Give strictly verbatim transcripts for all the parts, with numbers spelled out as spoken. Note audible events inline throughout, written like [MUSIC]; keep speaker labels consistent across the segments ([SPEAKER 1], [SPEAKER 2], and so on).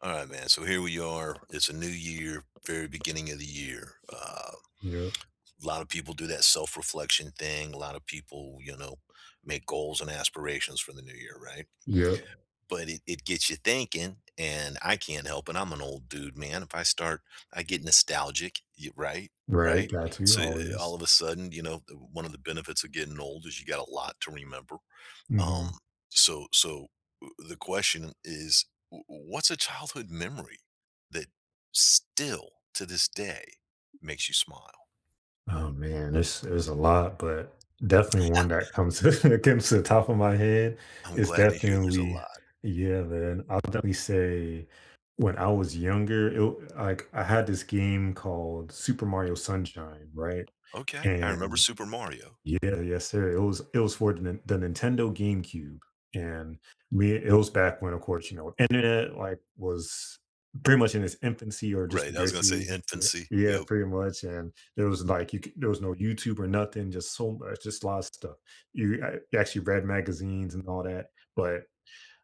[SPEAKER 1] All right, man. So here we are. It's a new year, very beginning of the year. Uh,
[SPEAKER 2] Yep,
[SPEAKER 1] a lot of people do that self reflection thing. A lot of people, you know, make goals and aspirations for the new year, right?
[SPEAKER 2] yep,
[SPEAKER 1] But it, it gets you thinking, and I can't help it. I'm an old dude, man. If I start, I get nostalgic, y- right?
[SPEAKER 2] right,
[SPEAKER 1] Right.
[SPEAKER 2] got to
[SPEAKER 1] So uh, all
[SPEAKER 2] always.
[SPEAKER 1] of a sudden, you know, the- one of the benefits of getting old is you got a lot to remember, um,
[SPEAKER 2] Mhm.
[SPEAKER 1] so so uh, the question is, w- what's a childhood memory that still to this day makes you smile?
[SPEAKER 2] Oh, man, there's there's a lot, but definitely one
[SPEAKER 1] [LAUGHS]
[SPEAKER 2] that comes [LAUGHS] that comes to the top of my head
[SPEAKER 1] I'm
[SPEAKER 2] is
[SPEAKER 1] glad to hear there's a
[SPEAKER 2] definitely
[SPEAKER 1] lot.
[SPEAKER 2] yeah, man, I'll definitely say when I was younger, it like, I had this game called Super Mario Sunshine, right?
[SPEAKER 1] Okay, I remember
[SPEAKER 2] And
[SPEAKER 1] Super Mario.
[SPEAKER 2] Yeah, yes, sir. It was it was for the, Nin- the Nintendo GameCube, and we it was back when, of course, you know, internet like was pretty much in its infancy, or just
[SPEAKER 1] Right, I was gonna say
[SPEAKER 2] basically, yeah,
[SPEAKER 1] infancy.
[SPEAKER 2] yeah,
[SPEAKER 1] Yep.
[SPEAKER 2] pretty much. And there was like you, c- there was no YouTube or nothing. Just so much, just a lot of stuff. You, I actually read magazines and all that, but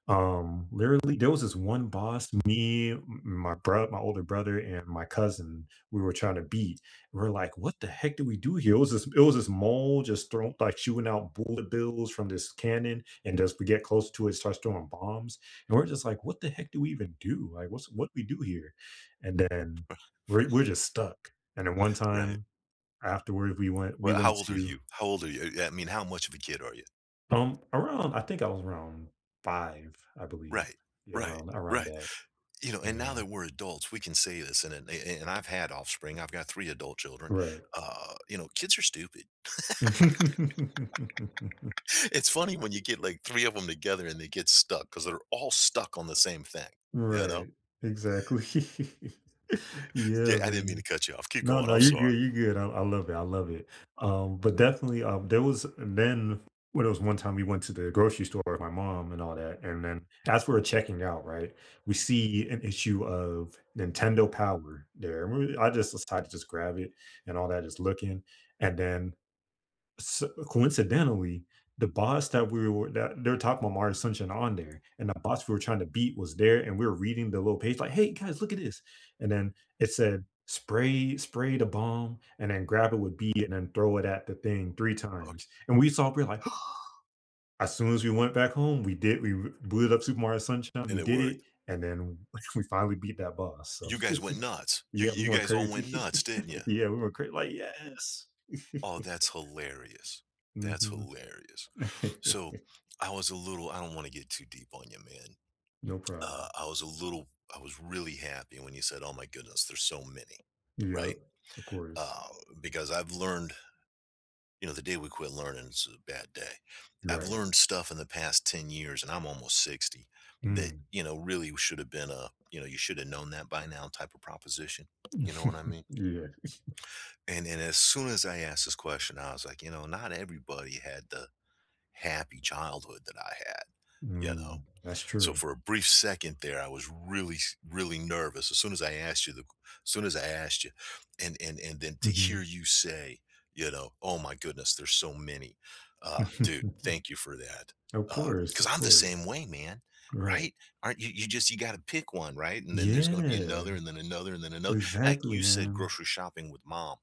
[SPEAKER 2] um, literally, there was this one boss, me, m- my bro, my older brother, and my cousin. We were trying to beat. We're like, "What the heck did we do here?" It was this, it was this mole just throwing like shooting out bullet bills from this cannon, and as we get close to it, it starts throwing bombs, and we're just like, "What the heck do we even do? Like, what's what we do here?" And then
[SPEAKER 1] [LAUGHS]
[SPEAKER 2] we're we're
[SPEAKER 1] Right,
[SPEAKER 2] just stuck. And then one
[SPEAKER 1] right.
[SPEAKER 2] time afterwards, we went we
[SPEAKER 1] Well, how
[SPEAKER 2] went
[SPEAKER 1] old are
[SPEAKER 2] to
[SPEAKER 1] you? How old are you? I mean, how much of a kid are you?
[SPEAKER 2] um around I think I was around five, I believe.
[SPEAKER 1] Right,
[SPEAKER 2] Yeah,
[SPEAKER 1] right,
[SPEAKER 2] around around
[SPEAKER 1] right.
[SPEAKER 2] that.
[SPEAKER 1] You know, and now
[SPEAKER 2] Yeah.
[SPEAKER 1] that we're adults, we can say this. And and, and I've had offspring. I've got three adult children.
[SPEAKER 2] Right.
[SPEAKER 1] Uh, you know, kids are stupid.
[SPEAKER 2] [LAUGHS]
[SPEAKER 1] It's funny when you get like three of them together and they get stuck because 'cause they're all stuck on the same thing, you know?
[SPEAKER 2] Right. Exactly. [LAUGHS]
[SPEAKER 1] Yeah,
[SPEAKER 2] Yeah,
[SPEAKER 1] I didn't mean to
[SPEAKER 2] man.
[SPEAKER 1] cut you off. Keep
[SPEAKER 2] No,
[SPEAKER 1] going.
[SPEAKER 2] no,
[SPEAKER 1] I'm
[SPEAKER 2] you're
[SPEAKER 1] sorry.
[SPEAKER 2] good, you're good. I I love it, I love it. Um, but definitely, um, there was then when it was one time we went to the grocery store with my mom and all that, and then as we we're checking out, right, we see an issue of Nintendo Power there. And we- I just decided to just grab it and all that, just looking. And then S coincidentally, the boss that we were that they were talking about Mario Sunshine on there, and the boss we were trying to beat was there, and we were reading the little page like, "Hey, guys, look at this," and then it said, "Spray spray the bomb, and then grab it with B, and then throw it at the thing three
[SPEAKER 1] Okay.
[SPEAKER 2] times," and we saw we we're like, [GASPS] as soon as we went back home, we did we booted up Super Mario Sunshine,
[SPEAKER 1] And
[SPEAKER 2] we
[SPEAKER 1] it
[SPEAKER 2] did it,
[SPEAKER 1] worked.
[SPEAKER 2] and then [LAUGHS] we finally beat that boss, so
[SPEAKER 1] You guys
[SPEAKER 2] [LAUGHS]
[SPEAKER 1] went nuts. You
[SPEAKER 2] yeah, we
[SPEAKER 1] you
[SPEAKER 2] went
[SPEAKER 1] guys all
[SPEAKER 2] crazy.
[SPEAKER 1] went nuts,
[SPEAKER 2] [LAUGHS]
[SPEAKER 1] didn't you?
[SPEAKER 2] Yeah, we went crazy. Like, "Yes." [LAUGHS]
[SPEAKER 1] Oh, that's hilarious. That's
[SPEAKER 2] Mhm.
[SPEAKER 1] hilarious. So,
[SPEAKER 2] [LAUGHS]
[SPEAKER 1] I was a little. I don't wanna get too deep on you, man.
[SPEAKER 2] No
[SPEAKER 1] Uh,
[SPEAKER 2] problem.
[SPEAKER 1] I was a little. I was really happy when you said, "Oh my goodness, there's so many," right?
[SPEAKER 2] Yep, of course.
[SPEAKER 1] Uh, because I've learned. You know, the day we quit learning is a bad day. I've
[SPEAKER 2] Right.
[SPEAKER 1] learned stuff in the past ten years and I'm almost sixty that,
[SPEAKER 2] Mm.
[SPEAKER 1] you know, really should have been a, you know, you should have known that by now type of proposition. You know what I mean?
[SPEAKER 2] [LAUGHS] Yeah.
[SPEAKER 1] And and as soon as I asked this question, I was like, you know, not everybody had the happy childhood that I had, you know.
[SPEAKER 2] Mm, that's
[SPEAKER 1] So
[SPEAKER 2] true.
[SPEAKER 1] for a brief second there, I was really, really nervous. As soon as I asked you, the, as soon as I asked you, and and and then to hear
[SPEAKER 2] Mhm.
[SPEAKER 1] you say, you know, oh my goodness, there's so many, uh, dude.
[SPEAKER 2] [LAUGHS]
[SPEAKER 1] Thank you for that.
[SPEAKER 2] Of course,
[SPEAKER 1] Because
[SPEAKER 2] of
[SPEAKER 1] I'm the
[SPEAKER 2] course.
[SPEAKER 1] same way, man.
[SPEAKER 2] Right.
[SPEAKER 1] Right? Aren't you? You just you got to pick one, right? And then there's going to be
[SPEAKER 2] Yeah,
[SPEAKER 1] another, and then another, and then another. Heck,
[SPEAKER 2] exactly,
[SPEAKER 1] you said
[SPEAKER 2] man.
[SPEAKER 1] grocery shopping with mom.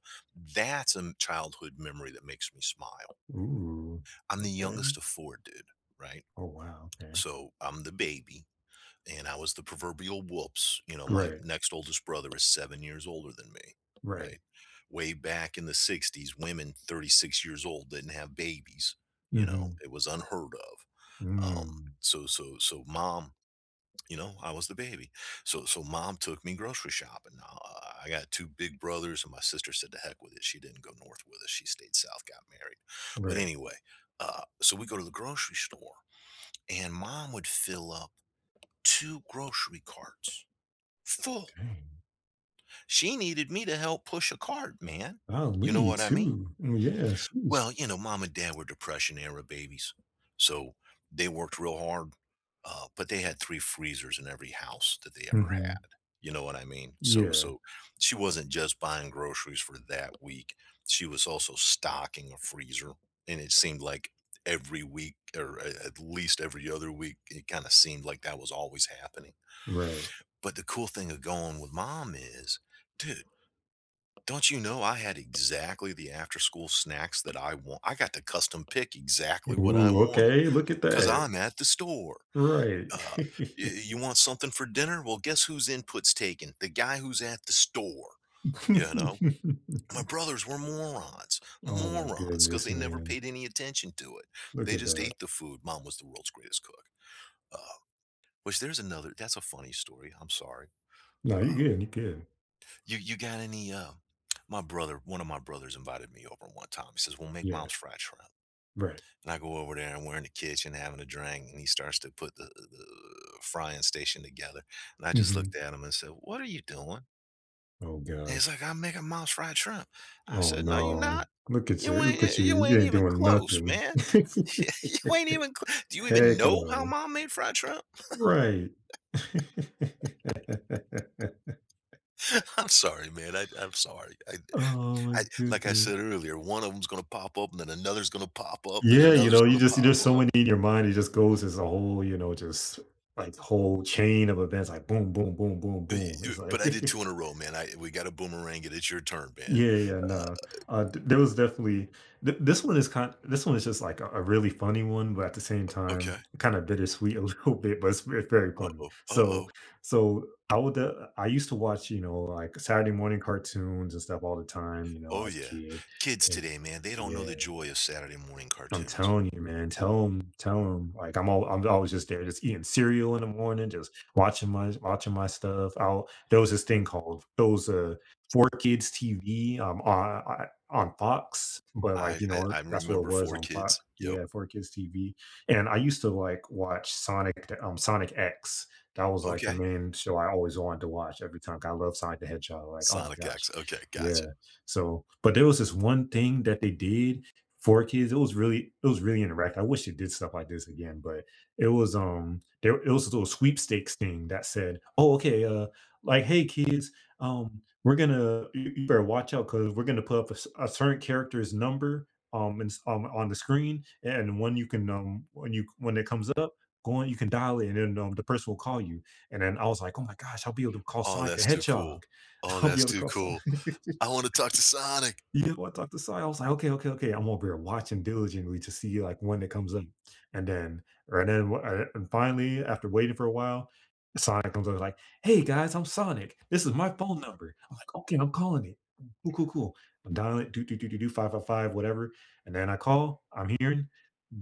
[SPEAKER 1] That's a childhood memory that makes me smile.
[SPEAKER 2] Ooh,
[SPEAKER 1] I'm the
[SPEAKER 2] okay.
[SPEAKER 1] youngest of four, dude. Right?
[SPEAKER 2] Oh, wow, okay.
[SPEAKER 1] So I'm the baby and I was the proverbial whoops. You know, my
[SPEAKER 2] Right,
[SPEAKER 1] next oldest brother is seven years older than me,
[SPEAKER 2] right.
[SPEAKER 1] right? Way back in the sixties, women thirty-six years old didn't have babies. You know,
[SPEAKER 2] Mhm.
[SPEAKER 1] it was unheard of. Um,
[SPEAKER 2] Mm,
[SPEAKER 1] so, so, so mom, you know, I was the baby. So, so mom took me grocery shopping. Now, uh, I got two big brothers, and my sister said, to heck with it. She didn't go north with us. She stayed south, got married. But
[SPEAKER 2] right.
[SPEAKER 1] anyway, uh, so we go to the grocery store, and mom would fill up two grocery carts full.
[SPEAKER 2] Dang.
[SPEAKER 1] She needed me to help push a cart, man. You know
[SPEAKER 2] Golly,
[SPEAKER 1] what I mean?
[SPEAKER 2] too. Mm, yeah, sheesh.
[SPEAKER 1] Well, you know, mom and dad were Depression era babies. So they worked real hard, uh, but they had three freezers in every house that they ever
[SPEAKER 2] Mhm.
[SPEAKER 1] had. You know what I mean? So,
[SPEAKER 2] Yeah,
[SPEAKER 1] so she wasn't just buying groceries for that week. She was also stocking a freezer. And it seemed like every week or a- at least every other week, it kind of seemed like that was always happening.
[SPEAKER 2] right.
[SPEAKER 1] But the cool thing of going with mom is, dude, don't you know I had exactly the after school snacks that I want? I got to custom pick exactly what I
[SPEAKER 2] Ooh,
[SPEAKER 1] wanted
[SPEAKER 2] okay, look at
[SPEAKER 1] because
[SPEAKER 2] that.
[SPEAKER 1] I'm at the store.
[SPEAKER 2] Right.
[SPEAKER 1] Uh, y- you want something for dinner? Well, guess whose input's taken? The guy who's at the store. You know,
[SPEAKER 2] [LAUGHS]
[SPEAKER 1] my brothers were morons,
[SPEAKER 2] Oh my
[SPEAKER 1] morons, because
[SPEAKER 2] goodness,
[SPEAKER 1] they never
[SPEAKER 2] man.
[SPEAKER 1] paid any attention to it.
[SPEAKER 2] Look
[SPEAKER 1] They
[SPEAKER 2] at
[SPEAKER 1] just
[SPEAKER 2] that.
[SPEAKER 1] ate the food. Mom was the world's greatest cook. Uh, which there's another. That's a funny story. I'm sorry.
[SPEAKER 2] No,
[SPEAKER 1] Uh,
[SPEAKER 2] you good, you good.
[SPEAKER 1] You you got any uh my brother, one of my brothers invited me over one time. He says, we'll make
[SPEAKER 2] Yeah,
[SPEAKER 1] mom's fried shrimp.
[SPEAKER 2] right.
[SPEAKER 1] And I go over there and we're in the kitchen having a drink and he starts to put the, the frying station together. And I just
[SPEAKER 2] Hmm.
[SPEAKER 1] looked at him and said, what are you doing?
[SPEAKER 2] Oh
[SPEAKER 1] And he's
[SPEAKER 2] gosh.
[SPEAKER 1] like, I'm making mom's fried shrimp. I
[SPEAKER 2] Oh
[SPEAKER 1] said, no, you're not.
[SPEAKER 2] no. Look at
[SPEAKER 1] You
[SPEAKER 2] you. Look at
[SPEAKER 1] ain't
[SPEAKER 2] you.
[SPEAKER 1] you
[SPEAKER 2] You
[SPEAKER 1] ain't
[SPEAKER 2] ain't
[SPEAKER 1] even
[SPEAKER 2] doing
[SPEAKER 1] close,
[SPEAKER 2] nothing.
[SPEAKER 1] man. [LAUGHS]
[SPEAKER 2] [LAUGHS]
[SPEAKER 1] You ain't even cl- do you even
[SPEAKER 2] Heck
[SPEAKER 1] know how
[SPEAKER 2] no.
[SPEAKER 1] mom made fried shrimp?
[SPEAKER 2] Right. [LAUGHS]
[SPEAKER 1] [LAUGHS] I'm sorry, man. I, I'm sorry. I,
[SPEAKER 2] Oh my
[SPEAKER 1] I like I said
[SPEAKER 2] goodness.
[SPEAKER 1] earlier, one of them's gonna pop up, and then another's gonna pop up, then
[SPEAKER 2] Yeah, you
[SPEAKER 1] another's
[SPEAKER 2] know, you
[SPEAKER 1] gonna
[SPEAKER 2] just
[SPEAKER 1] pop
[SPEAKER 2] there's so
[SPEAKER 1] up.
[SPEAKER 2] many in your mind. It just goes as a whole, you know, just like whole chain of events, like boom, boom, boom, boom,
[SPEAKER 1] Y
[SPEAKER 2] boom.
[SPEAKER 1] y
[SPEAKER 2] It's
[SPEAKER 1] But
[SPEAKER 2] like
[SPEAKER 1] I did two in a
[SPEAKER 2] [LAUGHS]
[SPEAKER 1] row, man. I We got a boomerang it. It's your turn, man.
[SPEAKER 2] yeah, yeah,
[SPEAKER 1] Uh,
[SPEAKER 2] no. Uh, th- there was definitely th- this one is kind. This one is just like a, a really funny one, but at the same time,
[SPEAKER 1] okay.
[SPEAKER 2] kind of bittersweet a [LAUGHS] little bit. But it's, ve- very funny.
[SPEAKER 1] Uh-oh, uh-oh.
[SPEAKER 2] So,
[SPEAKER 1] Oh,
[SPEAKER 2] so I would. Uh, I used to watch, you know, like Saturday morning cartoons and stuff all the time, you know,
[SPEAKER 1] oh
[SPEAKER 2] as a
[SPEAKER 1] yeah.
[SPEAKER 2] kid.
[SPEAKER 1] Kids
[SPEAKER 2] And
[SPEAKER 1] today, man, they don't know
[SPEAKER 2] yeah,
[SPEAKER 1] the joy of Saturday morning
[SPEAKER 2] I'm
[SPEAKER 1] cartoons.
[SPEAKER 2] telling you, man. Tell him, tell him. Like I'm all, I'm always just there, just eating cereal in the morning, just watching my, watching my stuff. I'll there was this thing called those uh four kids T V um on I- on Fox, but like
[SPEAKER 1] I
[SPEAKER 2] you
[SPEAKER 1] I
[SPEAKER 2] know
[SPEAKER 1] I
[SPEAKER 2] that's what it
[SPEAKER 1] remember
[SPEAKER 2] was
[SPEAKER 1] four
[SPEAKER 2] on
[SPEAKER 1] kids.
[SPEAKER 2] Fox.
[SPEAKER 1] Yep.
[SPEAKER 2] Yeah, four kids T V. And I used to like watch Sonic, the- um Sonic X. That was like the
[SPEAKER 1] Okay.
[SPEAKER 2] main show I always wanted to watch every time. 'Cause I love Sonic the Hedgehog. Like, oh my
[SPEAKER 1] Sonic
[SPEAKER 2] gosh,
[SPEAKER 1] X. Okay,
[SPEAKER 2] yeah.
[SPEAKER 1] gotcha.
[SPEAKER 2] So, but there was this one thing that they did for kids. It was really it was really interactive. I wish it did stuff like this again, but it was um there it was a little sweepstakes thing that said, "Oh, okay, uh, like hey kids, um, we're gonna you, you better watch out because we're gonna put up a, s- a certain character's number um, and, s- um on the screen, and when you can um when you when it comes up." Go on, you can dial it, and then um, the person will call you. And then I was like, "Oh my gosh, I'll be able to call
[SPEAKER 1] Oh,
[SPEAKER 2] Sonic the
[SPEAKER 1] that's too cool.
[SPEAKER 2] Hedgehog.
[SPEAKER 1] Oh,
[SPEAKER 2] [LAUGHS] I'll be
[SPEAKER 1] that's
[SPEAKER 2] able to
[SPEAKER 1] too
[SPEAKER 2] call Sonic."
[SPEAKER 1] cool. I wanna talk to Sonic.
[SPEAKER 2] Yeah, know, I talked to Si, I was like, "Okay, okay, okay." I'm over here watching diligently to see, like, when it comes up, and then or and then, wh- uh, and finally, after waiting for a while, Sonic comes over like, "Hey, guys, I'm Sonic. This is my phone number." I'm like, "Okay, I'm calling it. Cool, cool, cool." I'm dialing it, do, do, do, do, do, five five five, whatever, and then I call, I'm hearing,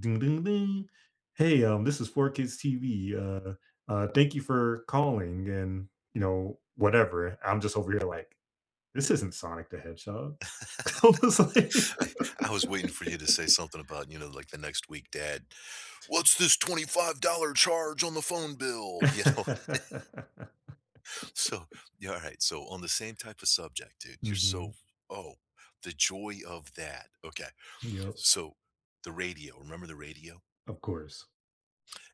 [SPEAKER 2] "Ding, ding, ding. Hey, um, this is four kids T V. Uh, uh, thank you for calling," and, you know, whatever. I'm just over here like, "This isn't Sonic the Hedgehog."
[SPEAKER 1] [LAUGHS]
[SPEAKER 2] [LAUGHS] I was like
[SPEAKER 1] I I was waiting for you to say something about, you know, like, the next week, dad, what's this twenty-five dollars charge on the phone bill? You know,
[SPEAKER 2] [LAUGHS]
[SPEAKER 1] [LAUGHS] so yeah, all right. So on the same type of subject, dude, you're so
[SPEAKER 2] mhm.
[SPEAKER 1] oh, the joy of that. Okay.
[SPEAKER 2] Yep.
[SPEAKER 1] So the radio, remember the radio?
[SPEAKER 2] Of course.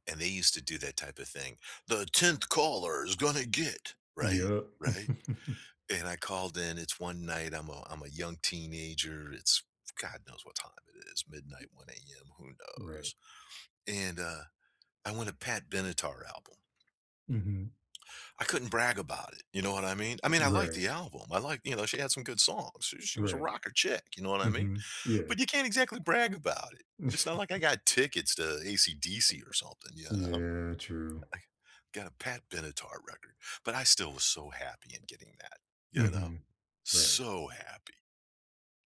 [SPEAKER 1] And they used to do that type of thing. The tenth caller is gonna get, right?
[SPEAKER 2] Yep.
[SPEAKER 1] Right.
[SPEAKER 2] [LAUGHS]
[SPEAKER 1] And I called in. It's one night. I'm a I'm a young teenager. It's God knows what time it is, midnight, one a m. Who
[SPEAKER 2] Right.
[SPEAKER 1] knows? And uh I want a Pat Benatar album.
[SPEAKER 2] Mhm.
[SPEAKER 1] I couldn't brag about it, you know what I mean? I mean, I liked
[SPEAKER 2] Right.
[SPEAKER 1] the album. I like, you know, she had some good songs. She she was a
[SPEAKER 2] Right.
[SPEAKER 1] rocker chick, you know what I mean?
[SPEAKER 2] Mhm. Yeah.
[SPEAKER 1] But you can't exactly brag about it. It's not like I
[SPEAKER 2] [LAUGHS]
[SPEAKER 1] got tickets to A C/D C or something, you know?
[SPEAKER 2] Yeah, true.
[SPEAKER 1] I got a Pat Benatar record, but I still was so happy in getting that, you know?
[SPEAKER 2] Mhm. Right.
[SPEAKER 1] So happy.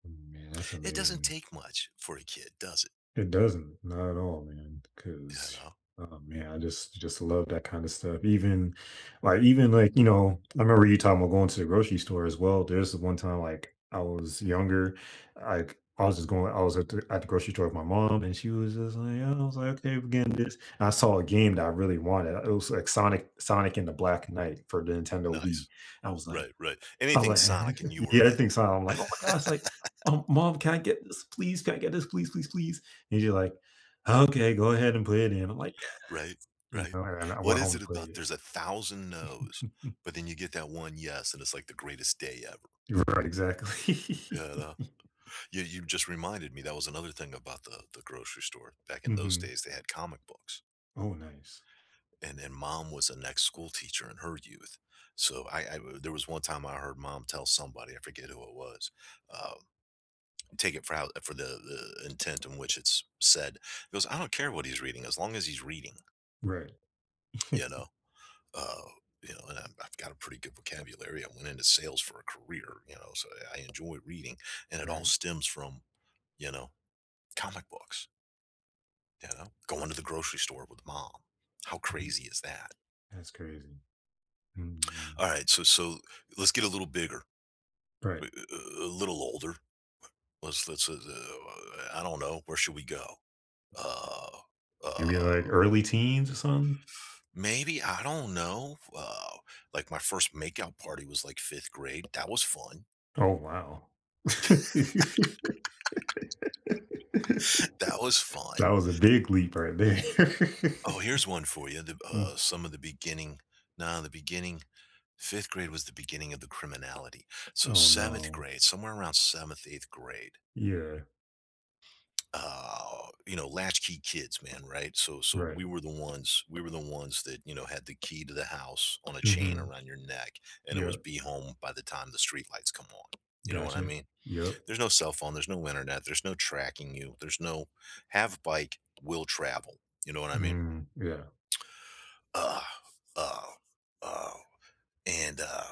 [SPEAKER 2] Man, that's
[SPEAKER 1] It doesn't
[SPEAKER 2] amazing.
[SPEAKER 1] take much for a kid, does it?
[SPEAKER 2] It doesn't, not at all, man.
[SPEAKER 1] You
[SPEAKER 2] Because,
[SPEAKER 1] know?
[SPEAKER 2] oh man, I just just love that kind of stuff. Even, like, even like you know, I remember you talking about going to the grocery store as well. There's one time like I was younger, like I was just going, I was at the, at the grocery store with my mom, and she was just like, "Yeah," I was like, okay, we're getting this. And I saw a game that I really wanted. It was like Sonic, Sonic and the Black Knight for the Nintendo Wii.
[SPEAKER 1] Nice.
[SPEAKER 2] I was like,
[SPEAKER 1] Right, right.
[SPEAKER 2] I'm
[SPEAKER 1] Anything
[SPEAKER 2] like
[SPEAKER 1] Sonic and you
[SPEAKER 2] [LAUGHS]
[SPEAKER 1] were
[SPEAKER 2] yeah, that
[SPEAKER 1] in.
[SPEAKER 2] thing sound I'm like, "Oh my gosh," like, "Um, mom, can I get this, please? Can I get this, please, please, please?" And she's like, "Okay, go ahead and play it in." I'm like, "Yeah,"
[SPEAKER 1] Right,
[SPEAKER 2] you
[SPEAKER 1] right.
[SPEAKER 2] know, and I
[SPEAKER 1] What
[SPEAKER 2] went
[SPEAKER 1] is
[SPEAKER 2] home to
[SPEAKER 1] it
[SPEAKER 2] play
[SPEAKER 1] about
[SPEAKER 2] it.
[SPEAKER 1] there's a thousand no's, but then you get that one yes, and it's like the greatest day ever.
[SPEAKER 2] Right, exactly.
[SPEAKER 1] Yeah, no.
[SPEAKER 2] [LAUGHS]
[SPEAKER 1] You you just reminded me that was another thing about the the grocery store. Back in those
[SPEAKER 2] Mhm.
[SPEAKER 1] days, they had comic books,
[SPEAKER 2] Oh, nice.
[SPEAKER 1] and and mom was an ex school teacher in her youth. So I, I there was one time I heard mom tell somebody. I forget who it was. uh, Take it for how for the, the intent in which it's said. He goes, I don't care what he's reading as long as he's reading.
[SPEAKER 2] Right. [LAUGHS]
[SPEAKER 1] You know, Uh, you know, and I'm, I've got a pretty good vocabulary. I went into sales for a career, you know, so I enjoy reading, and it all
[SPEAKER 2] Right.
[SPEAKER 1] stems from, you know, comic books. You know, going to the grocery store with mom. How
[SPEAKER 2] Mm,
[SPEAKER 1] crazy is that?
[SPEAKER 2] that's crazy. Mhm.
[SPEAKER 1] All right, so so let's get a little bigger, a
[SPEAKER 2] Right.
[SPEAKER 1] a- a little older. Let's let's. Uh, uh, I don't know. Where should we go? Uh,
[SPEAKER 2] Maybe,
[SPEAKER 1] uh,
[SPEAKER 2] like, early teens or something?
[SPEAKER 1] maybe I don't know. Uh, like my first makeout party was like fifth grade. That was fun.
[SPEAKER 2] Oh, wow. [LAUGHS]
[SPEAKER 1] [LAUGHS] That was
[SPEAKER 2] That
[SPEAKER 1] fun.
[SPEAKER 2] was a big leap right there. [LAUGHS]
[SPEAKER 1] Oh, here's one for you. The,
[SPEAKER 2] Mm.
[SPEAKER 1] uh, some of the beginning. Now, the beginning, fifth grade was the beginning of the criminality. So,
[SPEAKER 2] Oh,
[SPEAKER 1] seventh
[SPEAKER 2] no.
[SPEAKER 1] grade, somewhere around seventh, eighth grade.
[SPEAKER 2] Yeah,
[SPEAKER 1] Uh, you know, latchkey kids, man, right? So, so we
[SPEAKER 2] right.
[SPEAKER 1] were the ones, we were the ones that, you know, had the key to the house on a chain
[SPEAKER 2] Mhm.
[SPEAKER 1] around your neck, and it was
[SPEAKER 2] Yep.
[SPEAKER 1] be home by the time the street lights come on. You know what I
[SPEAKER 2] Gotcha.
[SPEAKER 1] mean?
[SPEAKER 2] Yep.
[SPEAKER 1] There's no cell phone, there's no internet, there's no tracking you, there's no have bike, will travel. You know what I mean?
[SPEAKER 2] Mm. Yeah.
[SPEAKER 1] Uh, uh, uh. And, uh,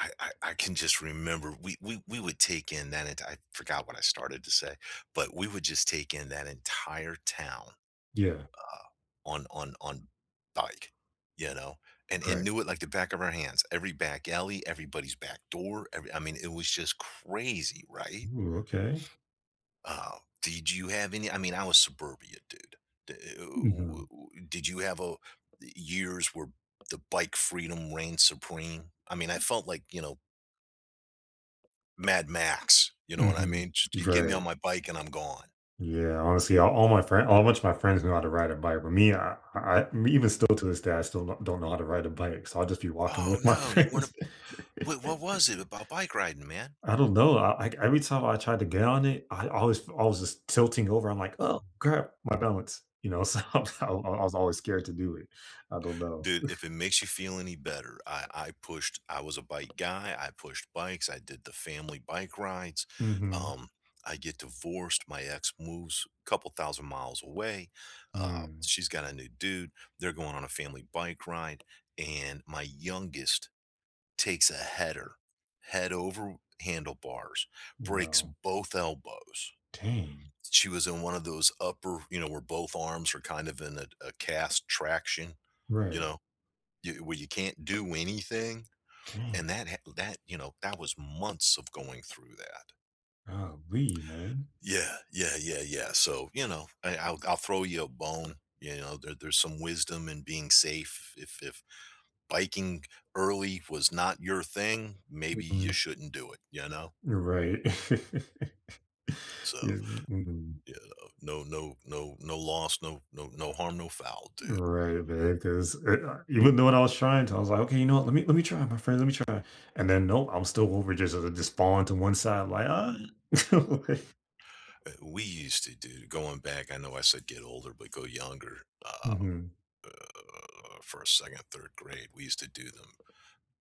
[SPEAKER 1] I I I can just remember we we we would take in that enti I forgot what I started to say, but we would just take in that entire town,
[SPEAKER 2] Yeah.
[SPEAKER 1] uh, on on on bike, you know, and and
[SPEAKER 2] Correct.
[SPEAKER 1] knew it like the back of our hands. Every back alley, everybody's back door, every. I mean, it was just crazy, right?
[SPEAKER 2] Ooh, okay.
[SPEAKER 1] Uh, did you have any. I mean, I was suburbia, dude. D uh, w
[SPEAKER 2] Mhm.
[SPEAKER 1] w Did you have a years where the bike freedom reigned supreme? I mean, I felt like, you know, Mad Max, you know what I
[SPEAKER 2] Mhm.
[SPEAKER 1] mean? J You get me on
[SPEAKER 2] Right.
[SPEAKER 1] my bike and I'm gone.
[SPEAKER 2] Yeah. Honestly, all, all my friend, all much of my friends know how to ride a bike, but me, I, I, I- even still to this day, I still don't don't know how to ride a bike. So I'll just be walking
[SPEAKER 1] "Oh,
[SPEAKER 2] with my [LAUGHS]
[SPEAKER 1] no, you wanna
[SPEAKER 2] friends.
[SPEAKER 1] what what was it about bike riding, man?"
[SPEAKER 2] I don't know. I, like every time I tried to get on it, I always, I was just tilting over. I'm like, oh crap, my balance. You know, [LAUGHS] so I, I was always scared to do it. I don't know.
[SPEAKER 1] Dude, if it makes you feel any better, I I pushed. I was a bike guy, I pushed bikes, I did the family bike rides,
[SPEAKER 2] Mm-hmm.
[SPEAKER 1] um, I get divorced, my ex moves a couple thousand miles away, uh,
[SPEAKER 2] Mm.
[SPEAKER 1] she's got a new dude, they're going on a family bike ride, and my youngest takes a header, head over handlebars, breaks
[SPEAKER 2] Wow.
[SPEAKER 1] both elbows.
[SPEAKER 2] Dang.
[SPEAKER 1] She was in one of those upper, you know, where both arms are kind of in a, a cast traction, you
[SPEAKER 2] Right.
[SPEAKER 1] know, you, where you can't do anything.
[SPEAKER 2] Dang.
[SPEAKER 1] And that, ha- that, you know, that was months of going through that.
[SPEAKER 2] Oh, golly, man.
[SPEAKER 1] Yeah, yeah, yeah, yeah. So, you know, I, I'll, I'll throw you a bone. You know, there, there's some wisdom in being safe. If, if biking early was not your thing, maybe you
[SPEAKER 2] Mhm.
[SPEAKER 1] shouldn't do it, you know?
[SPEAKER 2] Right. [LAUGHS]
[SPEAKER 1] So.
[SPEAKER 2] Yeah. Mhm.
[SPEAKER 1] Yeah, no, no, no, no loss, no, no, no harm, no foul, dude.
[SPEAKER 2] Right, man. Because even though when I was trying to, I was like, okay, you know what? Let me let me try, my friend. Let me try. And then nope, I'm still over just uh, just falling to one side, like ah. [LAUGHS] Like,
[SPEAKER 1] Uh, We used to do going back. I know I said get older, but go younger. Uh,
[SPEAKER 2] mhm.
[SPEAKER 1] for a second, third grade, we used to do them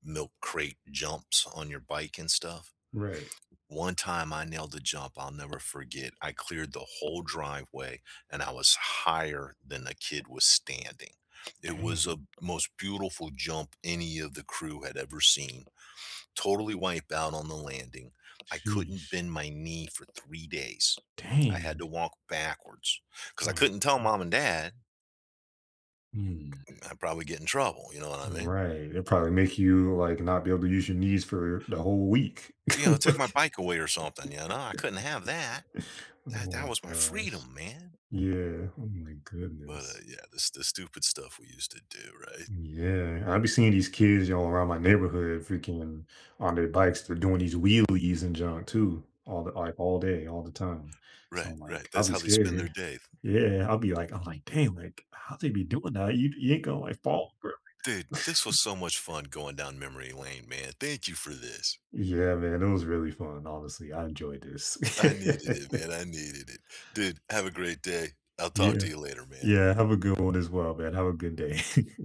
[SPEAKER 1] milk crate jumps on your bike and stuff.
[SPEAKER 2] Right.
[SPEAKER 1] One time I nailed a jump I'll never forget. I cleared the whole driveway and I was higher than the kid was standing. It was a
[SPEAKER 2] Dang.
[SPEAKER 1] most beautiful jump any of the crew had ever seen. Totally wiped out on the landing. I couldn't
[SPEAKER 2] Sheesh.
[SPEAKER 1] bend my knee for three days. I had
[SPEAKER 2] Dang.
[SPEAKER 1] to walk backwards because
[SPEAKER 2] Oh
[SPEAKER 1] I
[SPEAKER 2] my
[SPEAKER 1] couldn't tell
[SPEAKER 2] God.
[SPEAKER 1] mom and dad,
[SPEAKER 2] Mm.
[SPEAKER 1] I'd probably get in trouble, you know what I mean?
[SPEAKER 2] Right. It probably make you like not be able to use your knees for the whole week.
[SPEAKER 1] You know, "Take my
[SPEAKER 2] [LAUGHS]
[SPEAKER 1] bike away or something," you know? I couldn't have that.
[SPEAKER 2] Oh
[SPEAKER 1] That
[SPEAKER 2] my
[SPEAKER 1] that was my
[SPEAKER 2] gosh.
[SPEAKER 1] freedom, man.
[SPEAKER 2] Yeah. Oh my
[SPEAKER 1] But, uh,
[SPEAKER 2] goodness.
[SPEAKER 1] yeah, this the stupid stuff we used to do, right?
[SPEAKER 2] Yeah. I be seeing these kids, y'all, around my neighborhood freaking on their bikes. They're doing these wheelies and junk too, all the like all day, all the time. So
[SPEAKER 1] Right,
[SPEAKER 2] I'm
[SPEAKER 1] right,
[SPEAKER 2] like, I'll
[SPEAKER 1] that's
[SPEAKER 2] be
[SPEAKER 1] how they spend their
[SPEAKER 2] scared.
[SPEAKER 1] day.
[SPEAKER 2] Yeah. I'll be like, I'm like, dang, like, how they be doing that? You, you ain't gonna like fall, bro.
[SPEAKER 1] Dude,
[SPEAKER 2] [LAUGHS]
[SPEAKER 1] this was so much fun going down memory lane, man. Thank you for this.
[SPEAKER 2] Yeah, man. It was really fun. Honestly, I enjoyed this.
[SPEAKER 1] I needed it, man, I needed it. Dude, have a great day. I'll
[SPEAKER 2] [LAUGHS]
[SPEAKER 1] talk
[SPEAKER 2] Yeah.
[SPEAKER 1] to you later, man.
[SPEAKER 2] Yeah. Have a good one as well, man. Have a good day. [LAUGHS]